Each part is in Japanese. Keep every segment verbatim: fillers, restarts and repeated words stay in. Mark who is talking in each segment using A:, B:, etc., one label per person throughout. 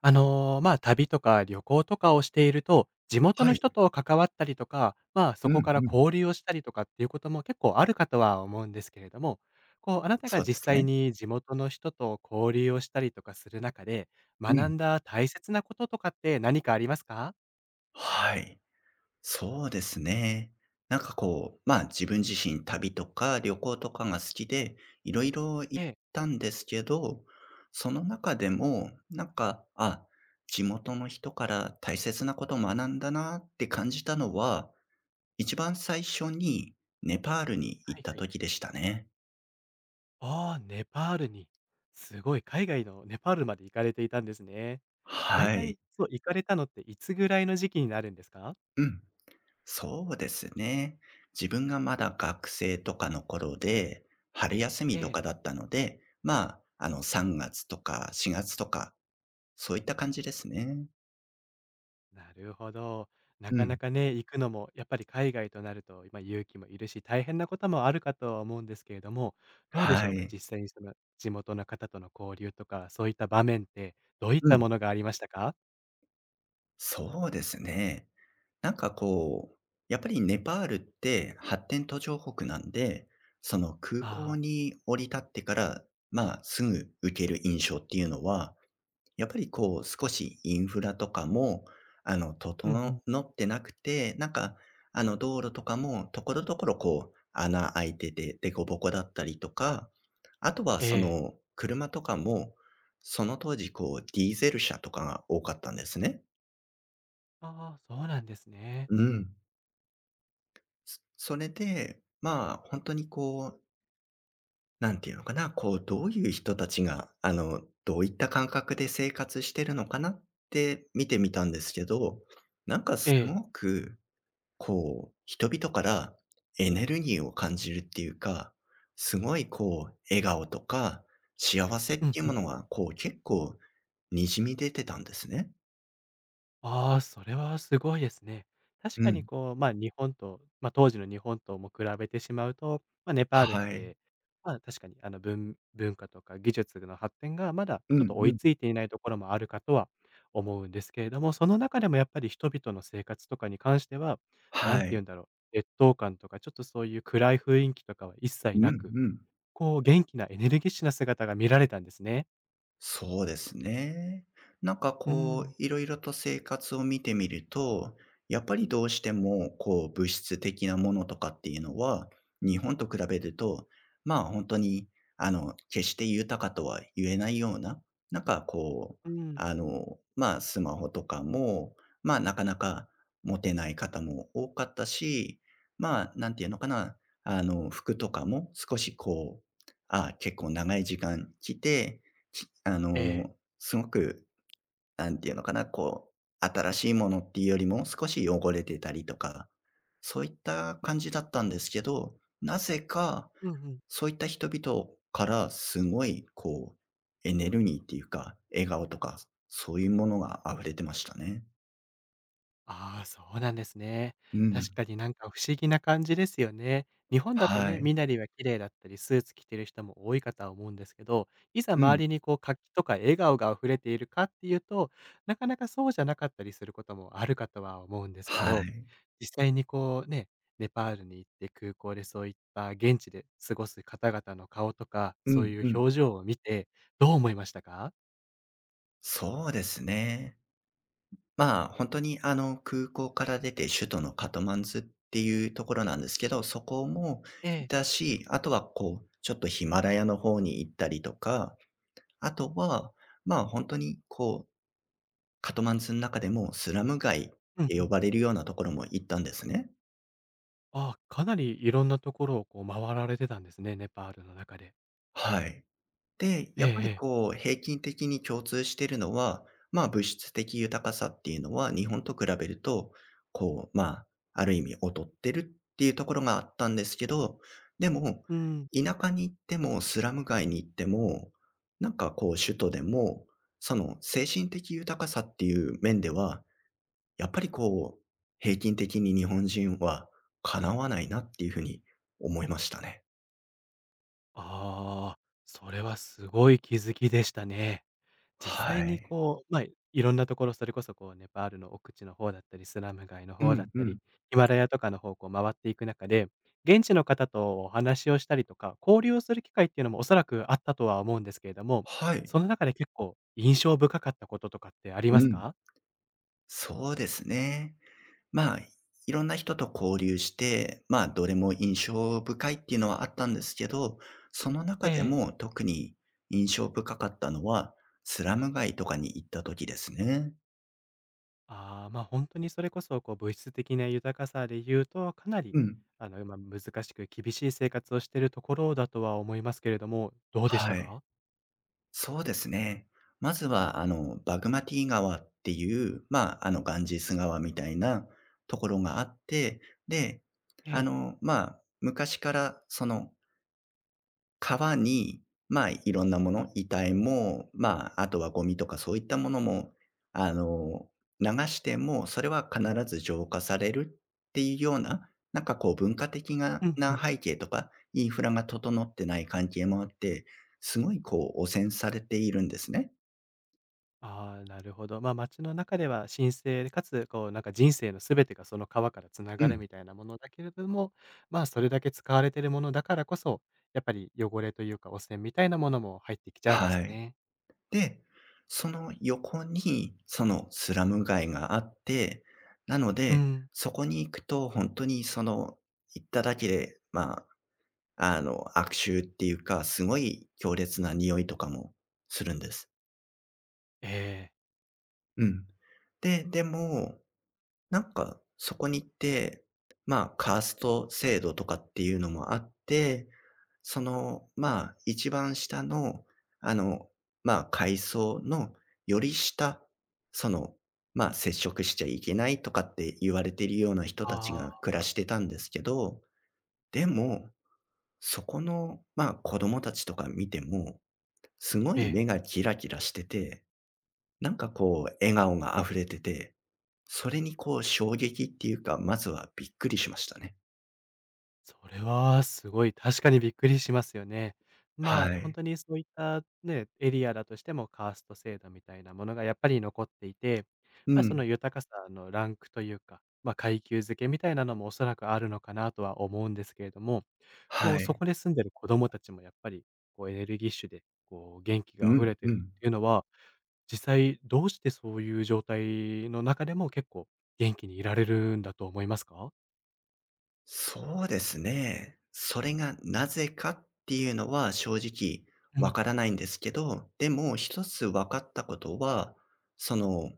A: あの、まあ、旅とか旅行とかをしていると、地元
B: は
A: の
B: い。
A: 人と関わったりとか、まあ、そ
B: う
A: こ
B: ん
A: から
B: うん。
A: 交流をしたりとかっていうことも結構あるかとは思うんですけれども、こう、あなたが
B: そうで
A: 実
B: す
A: 際
B: ね。
A: に地元の人と交流をしたりとかする中で、
B: う
A: 学
B: ん。
A: んだ大切なこととかって何かありますか？
B: はい。そうですね。なんかこう、まあ、自分自身旅とか旅行とかが好きで、いろいろ
A: え
B: 行っ
A: え、
B: たんですけど、その中でも、なんか、あ、地元の人から大切なことを学んだなって感じたのは、一番最初にネパールに
A: は
B: 行っ
A: い
B: た
A: はい。
B: 時でしたね。
A: ああ、ネパールに。すごい、海外のネパールまで行かれていたんですね。だい
B: は
A: たい、
B: い。
A: そう、行かれたのっていつぐらいの時期になるんですか？
B: うん。そうですね。自分がまだ学生とかの頃で、春休
A: え
B: みと
A: え。
B: かだったので、まあ、あの、さんがつとかしがつとか、そういった感じですね。
A: なるほど。な
B: う
A: かな
B: ん。
A: かね、行くのもやっぱり海外となると、まあ、勇気もいるし、大変なこともあるかとは思うんですけれども、どうでしょう
B: は
A: か？
B: い。
A: 実際にその地元の方との交流とか、そういった場面ってどういっ
B: う
A: た
B: ん。
A: ものがありましたか？
B: そうですね。なんかこう、やっぱりネパールって発展途上国なんで、その空港
A: ああ
B: に降り立ってから、まあ、すぐ受ける印象っていうのは、やっぱりこう少しインフラとかも、あの、
A: ー、うんう
B: 整
A: ん。
B: ってなくて、なんか、あの、道路とかもところどころこう穴開いてて、凸凹だったりとか、あとは
A: え
B: そ
A: え。
B: の車とかも、その当時こうディーゼル車とかが多かったんですね。
A: ああ、そうなんですね。
B: うん。そそれで、まあ、本当にこうなんていうのかな、こう、どういう人たちが、あの、どういった感覚で生活してるのかなって見てみたんですけど、なんか
A: え
B: す
A: え。
B: ごく、こう、人々からエネルギーを感じるっていうか、すごいこう、笑顔とか幸せっ
A: うん
B: ていう
A: う
B: も
A: ん。
B: のが、こう、結構滲み出てたんですね。
A: ああ、それはすごいですね。確
B: う
A: かに
B: ん。
A: こう、まあ、日本と、まあ、当時の日本とも比べてしまうと、まあ、ネパールっ
B: はい。
A: て、まあ、確かにあの文文化とか技術の発展がまだ
B: う
A: ちょっと
B: ん
A: 追
B: う
A: いつ
B: ん。
A: いていないところもあるかとは思うんですけれども、その中でもやっぱり人々の生活とかに関しては、なん
B: は
A: て言うん
B: い。
A: だろう、劣等感とかちょっとそういう暗い雰囲気とかは一切
B: うん
A: な
B: う
A: く、
B: ん。
A: こう元気なエネルギッシュな姿が見られたんですね。
B: そうですね。なんか
A: う
B: こう、
A: ん。
B: いろいろと生活を見てみると、やっぱりどうしてもこう、物質的なものとかっていうのは、日本と比べると、まあ本当に、あの、決して豊かとは言えないような、なんかこう、
A: うん。
B: あの、まあスマホとかも、まあなかなか持てない方も多かったし、まあなんていうのかな、あの、服とかも少しこう、あ結構長い時間着て、きあ
A: ええ。
B: の、すごく、なんていうのかな、こう、新しいものっていうよりも少し汚れてたりとか、そういった感じだったんですけど、なぜか、
A: うんうん。
B: そういった人々からすごい、こう、エネルギーっていうか、笑顔とか、そういうものが溢れてましたね。
A: ああ、そうなんですね。
B: うん。
A: 確かになんか不思議な感じですよね。日本だと
B: は
A: ね、
B: い。
A: 身なりは綺麗だったり、スーツ着てる人も多いかとは思うんですけど、いざ
B: う
A: 周
B: ん。
A: りにこう活気とか笑顔が溢れているかっていうと、なかなかそうじゃなかったりすることもあるかとは思うんですけ
B: は
A: ど、
B: い。
A: 実際にこうね、ネパールに行って空港でそういった現地で過ごす方々の顔とか、
B: う
A: そう
B: ん
A: いう
B: うん。
A: 表情を見てどう思いましたか？
B: そうですね。まあ、本当に、あの、空港から出て首都のカトマンズっていうところなんですけど、そこも
A: え
B: い
A: え。
B: たし、あとは、こう、ちょっとヒマラヤの方に行ったりとか、あとは、まあ、本当に、こう、カトマンズの中でもスラム街っ
A: うん
B: て
A: うん。
B: 呼ばれるようなところも行ったんですね。
A: ああ、かなりいろんなところをこう回られてたんですね、ネパールの中で。
B: はい。で、
A: え
B: や
A: え
B: っぱ
A: え
B: り
A: え。
B: こう平均的に共通しているのは、まあ、物質的豊かさっていうのは日本と比べると、こう、まあ、ある意味劣ってるっていうところがあったんですけど、でも、
A: うん。
B: 田舎に行ってもスラム街に行っても、なんかこう首都でも、その精神的豊かさっていう面では、やっぱりこう、平均的に日本人は叶わないなっていうふうに思いましたね。
A: ああ、それはすごい気づきでしたね。実際
B: は
A: に
B: い。
A: こう、まあ、いろんなところ、それこそこうネパールの奥地の方だったり、スラム街の
B: う
A: 方だっ
B: んう
A: たり、
B: ん。
A: ヒマラヤとかの方をこう回っていく中で、現地の方とお話をしたりとか、交流をする機会っていうのもおそらくあったとは思うんですけれども、
B: はい。
A: その中で結構印象深かったこととかってありま
B: う
A: す
B: ん。
A: か？
B: そうですね。まあ、いろんな人と交流して、まあ、どれも印象深いっていうのはあったんですけど、その
A: え
B: 中で
A: え。
B: も特に印象深かったのは、スラム街とかに行った時ですね。
A: ああ、ま、あ本当にそれこそ、こう、物質的な豊かさで言うと、かなり、
B: うん。
A: あの、まあ難しく厳しい生活をしているところだとは思いますけれども、どうでした
B: はい。
A: か？
B: そうですね。まずは、あの、バグマティ川っていう、まあ、あの、ガンジス川みたいなところがあって、で、
A: え
B: あ
A: え、
B: の、まあ、昔から、その、川に、まあ、いろんなもの、遺体も、まあ、あとはゴミとかそういったものも、あの、流しても、それは必ず浄化されるっていうような、なんかこう文化的
A: う
B: な
A: んう
B: な
A: ん。
B: 背景とか、インフラが整ってない関係もあって、すごいこう汚染されているんですね。
A: ああ、なるほど。ま、街の中では神聖かつ、こう、なんか人生の全てがその川から繋
B: う
A: がる
B: ん。
A: みたいなものだけれども、まあ、それだけ使われているものだからこそ、やっぱり汚れというか汚染みたいなものも入ってきちゃうんで
B: は
A: す
B: い。
A: ね。
B: で、その横に、そのスラム街があって、なの
A: う
B: で、
A: ん。
B: そこに行くと本当にその、行っただけで、まあの、悪臭っていうか、すごい強烈な匂いとかもするんです。
A: ええ。
B: うん。で、でも、なんかそこに行って、まあ、カースト制度とかっていうのもあって、その、まあ、一番下の、あの、まあ、階層のより下、その、まあ、接触しちゃいけないとかって言われているような人たち
A: あ
B: が
A: あ、
B: 暮らしてたんですけど、でも、そこの、まあ、子供たちとか見ても、すご
A: え
B: い
A: え。
B: 目がキラキラしてて、なんかこう笑顔が溢れてて、それにこう衝撃っていうか、まずはびっくりしましたね。
A: それはすごい、確かにびっくりしますよね。ま
B: は
A: あ、本
B: い。
A: 当にそういったね、エリアだとしてもカースト制度みたいなものがやっぱり残っていて、
B: う
A: まあ、そ
B: ん。
A: の豊かさのランクというか、まあ、階級付けみたいなのもおそらくあるのかなとは思うんですけれども、こ
B: は
A: う、そ
B: い。
A: こで住んでる子どもたちもやっぱり、こう、エネルギッシュで、こう、元気
B: う
A: が溢
B: ん、
A: れて
B: う
A: るっ
B: ん。
A: ていうのは、実際どうしてそういう状態の中でも結構元気にいられるんだと思いますか？
B: そうですね。それがなぜかっていうのは正直
A: う
B: わ
A: ん、
B: からないんですけど、でも一つ分かったことは、その、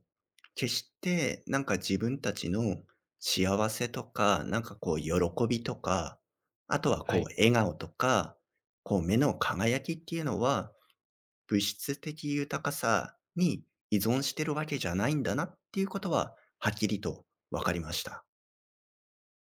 B: 決してなんか自分たちの幸せとか、なんかこう喜びとか、あとは
A: は
B: こう
A: い。
B: 笑顔とか、こう目の輝きっていうのは物質的豊かさに依存してるわけじゃないんだなっていうことははっきりと分かりました。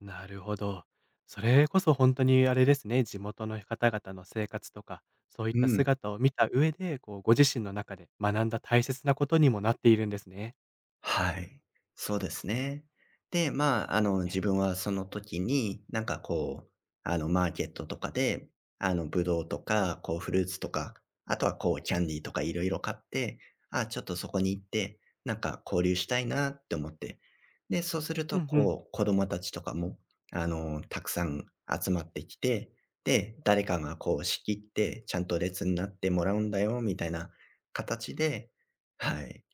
A: なるほど。それこそ本当にあれですね、地元の方々の生活とか、そういっ
B: う
A: た
B: ん。
A: 姿を見た上で、こうご自身の中で学んだ大切なことにもなっているんですね。
B: はい。そうですね。で、まあ、あの、
A: え、
B: 自分はその時に、なんかこう、あの、マーケットとかで、あの、ぶどうとか、こう、フルーツとか、あとはこう、キャンディーとかいろいろ買って、あ、ちょっとそこに行って、なんか交流したいなって思って。で、そうする
A: う
B: と、
A: んうん。
B: こう、子供たちとかも、あの、たくさん集まってきて、で、誰かがこう、仕切って、ちゃんと列になってもらうんだよ、みたいな形で、はい。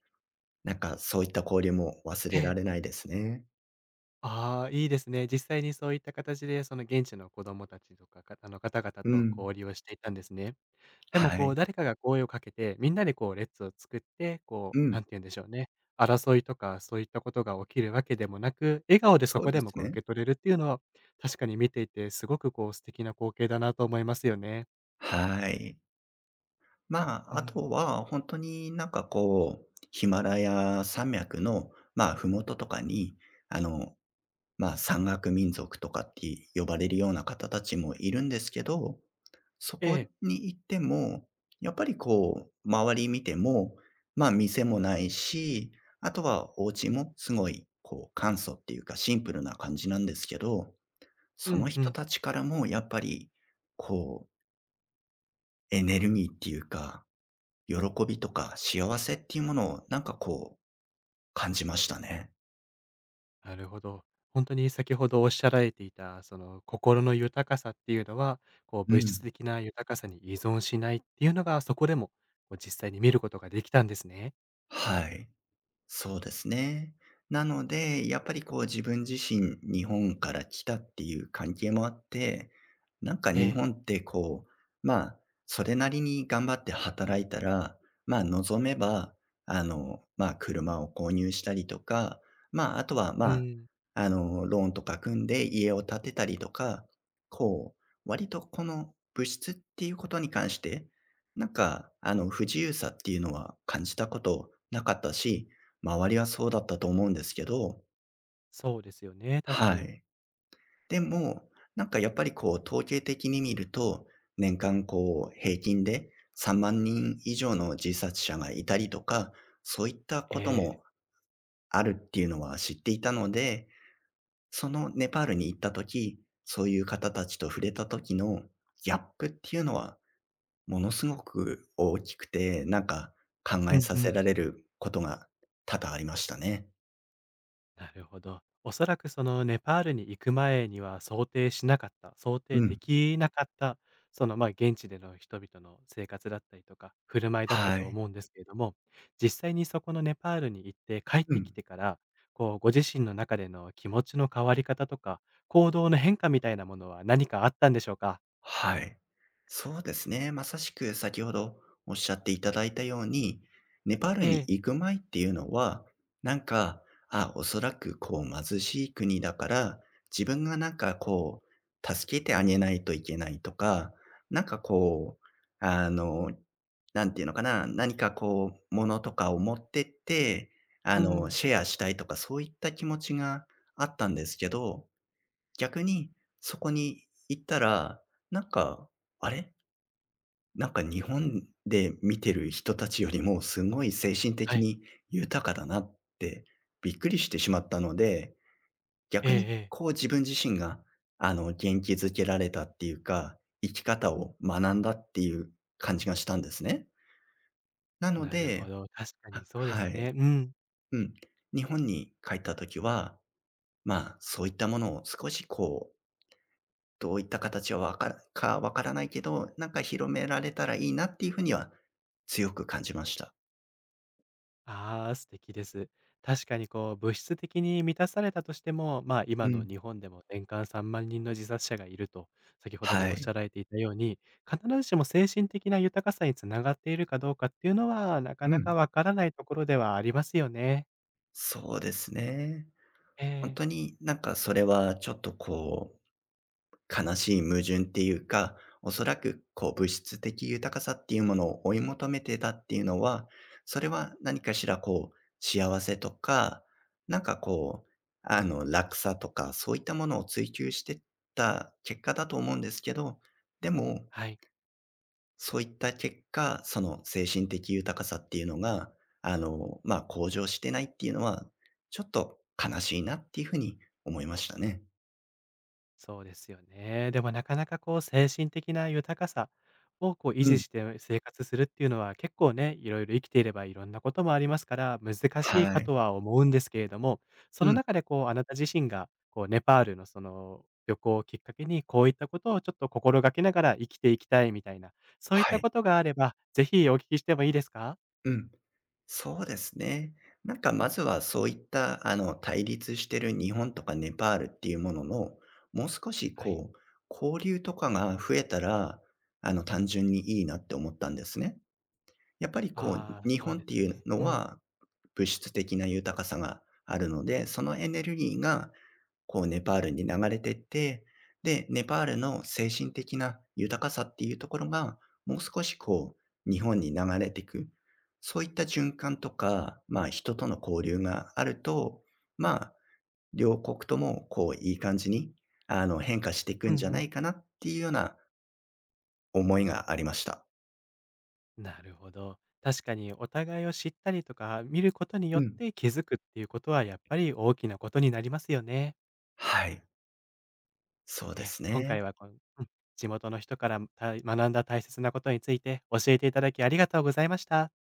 B: なんかそういった交流も忘
A: え
B: れら
A: え。
B: れないですね。
A: ああ、いいですね。実際にそういった形で、その現地の子どもたちとか、かあの、方々
B: う
A: と
B: ん。
A: 交流をしていたんですね。でも
B: は
A: こ
B: い。
A: う、誰かが声をかけて、みんなでこう列を作って、こ
B: う
A: う、なん
B: ん。
A: て言うんでしょうね、争いとかそういったことが起きるわけでもなく、笑顔でそ
B: そう
A: こ
B: で
A: でも
B: す
A: こう
B: ね。
A: 受け取れるっていうのは、確かに見ていてすごくこう素敵な光景だなと思いますよね。
B: はい。ま
A: う
B: あ、あ
A: ん。
B: とは本当になんかこう、ヒマラヤ山脈の、まあ、麓ととかに、あのまあ、山岳民族とかって呼ばれるような方たちもいるんですけど、そ
A: え
B: こ
A: え、
B: に行っても、やっぱりこう、周り見ても、まあ、店もないし、あとはお家もすごい、こう、簡素っていうかシンプルな感じなんですけど、
A: う
B: その
A: んう
B: 人
A: ん、
B: たちからもやっぱり、こう、エネルギーっていうか、喜びとか幸せっていうものをなんかこう、感じましたね。
A: なるほど。本当に先ほどおっしゃられていた、その心の豊かさっていうのは、こう
B: う
A: 物質
B: ん。
A: 的な豊かさに依存しないっていうのが、そこでもこう実際に見ることができたんですね。
B: はい。そうですね。なので、やっぱりこう自分自身日本から来たっていう関係もあって、なんか
A: え
B: 日
A: え、
B: 本ってこう、まあ、それなりに頑張って働いたら、まあ望めば、あの、まあ車を購入したりとか、まああとはま
A: う
B: あ、
A: ん、
B: あの、ローンとか組んで家を建てたりとか、こう、割とこの物質っていうことに関して、なんか、あの、不自由さっていうのは感じたことなかったし、周りはそうだったと思うんですけど、
A: そうですよね、確か
B: は
A: に。
B: い。でも、なんかやっぱりこう統計的に見ると、年間こう平均でさんまん人以上の自殺者がいたりとか、そういった
A: え
B: こと
A: え。
B: もあるっていうのは知っていたので、そのネパールに行った時、そういう方たちと触れた時のギャップっていうのはものすごく大きくて、なんか考
A: う
B: え
A: ん
B: さ
A: う
B: せ
A: ん。
B: られることが多々ありましたね。
A: なるほど。おそらくそのネパールに行く前には想定しなかった、想定
B: う
A: で
B: ん。
A: きなかった、そのまあ現地での人々の生活だったりとか、振る舞いだった
B: は
A: と
B: い。
A: 思うんですけれども、実際にそこのネパールに行って帰っ
B: う
A: てき
B: ん。
A: てから、こうご自身の中での気持ちの変わり方とか、行動の変化みたいなものは何かあったんでしょうか？
B: はい。そうですね。まさしく先ほどおっしゃっていただいたように、ネパール
A: え
B: に
A: え、
B: 行く前っていうのは、なんか、あ、おそらくこう貧しい国だから、自分がなんかこう、助けてあげないといけないとか、なんかこう、あの、なんていうのかな、何かこう、物とかを持ってって、
A: う
B: あの、
A: ん。
B: シェアしたいとか、そういった気持ちがあったんですけど、逆に、そこに行ったら、なんか、あれ、なんか日本で見てる人たちよりもすごい精神
A: は
B: 的
A: い。
B: に豊かだなってびっくりしてしまったので、
A: ええ
B: 逆に
A: ええ。
B: こう自分自身があの元気づけられたっていうか、生き方を学んだっていう感じがしたんですね。なの
A: なるほ
B: で、
A: ど、確かに
B: は
A: そうで
B: は
A: す
B: い。
A: ね。うん。
B: うん。日本に帰った時は、まあ、そういったものを少しこうどういった形はわからかわからないけど、なんか広められたらいいなっていう風には強く感じました。
A: ああ、素敵です。確かにこう、物質的に満たされたとしても、まあ、今
B: う
A: の
B: ん。
A: 日本でも年間さんまん人の自殺者がいると、先ほども
B: は
A: おっしゃ
B: い。
A: られていたように、必ずしも精神的な豊かさにつながっているかどうかっていうのは、なか
B: う
A: なか
B: ん。
A: わからないところではありますよね。
B: そうですね。
A: え
B: ほん
A: え、
B: とになんかそれはちょっとこう悲しい矛盾っていうか、おそらくこう物質的豊かさっていうものを追い求めてたっていうのは、それは何かしらこう幸せとか、なんかこう、あの楽さとか、そういったものを追求してった結果だと思うんですけど、でも、
A: はい。
B: そういった結果、その精神的豊かさっていうのが、あの、まあ、向上してないっていうのは、ちょっと悲しいなっていうふうに思いましたね。
A: そうですよね。でもなかなかこう精神的な豊かさをこう維
B: う
A: 持
B: ん。
A: して生活するっていうのは結構ね、いろいろ生きていればいろんなこともありますから難しいか
B: はい。
A: とは思うんですけれども、そ
B: う
A: の
B: ん。
A: 中でこうあなた自身がこうネパールのその旅行をきっかけにこういったことをちょっと心がけながら生きていきたいみたいな、そういっ
B: は
A: た
B: い。
A: ことがあれば、ぜひお聞きしてもいいですか？
B: うん。そうですね。なんかまずはそういった、あの、対立してる日本とかネパールっていうものの、もう少し
A: はい。
B: こう、交流とかが増えたら、あの、単純にいいなって思ったんですね。やっぱりこ
A: あ
B: う、
A: あ、
B: 日
A: そう
B: 本
A: で
B: って
A: す
B: いう
A: ね。
B: の
A: うん。
B: は物質的な豊かさがあるので、そのエネルギーがこうネパールに流れてって、で、ネパールの精神的な豊かさっていうところが、もう少しこう日本に流れていく、そういった循環とか、まあ、人との交流があると、まあ、両国ともこういい感じに、あの、変化していく
A: うん
B: ん
A: う
B: じゃな
A: ん。
B: いかなっていうような思いがありました。
A: なるほど。確かにお互いを知ったりとか見ることによ
B: う
A: っ
B: ん。
A: て気づくっていうことはやっぱり大きなことになりますよね。
B: はい、そう
A: え
B: で
A: え、
B: す
A: 今
B: ね。
A: 回はこの、うん、地元の人からた学んだ大切なことについて教えていただきありがとうございました。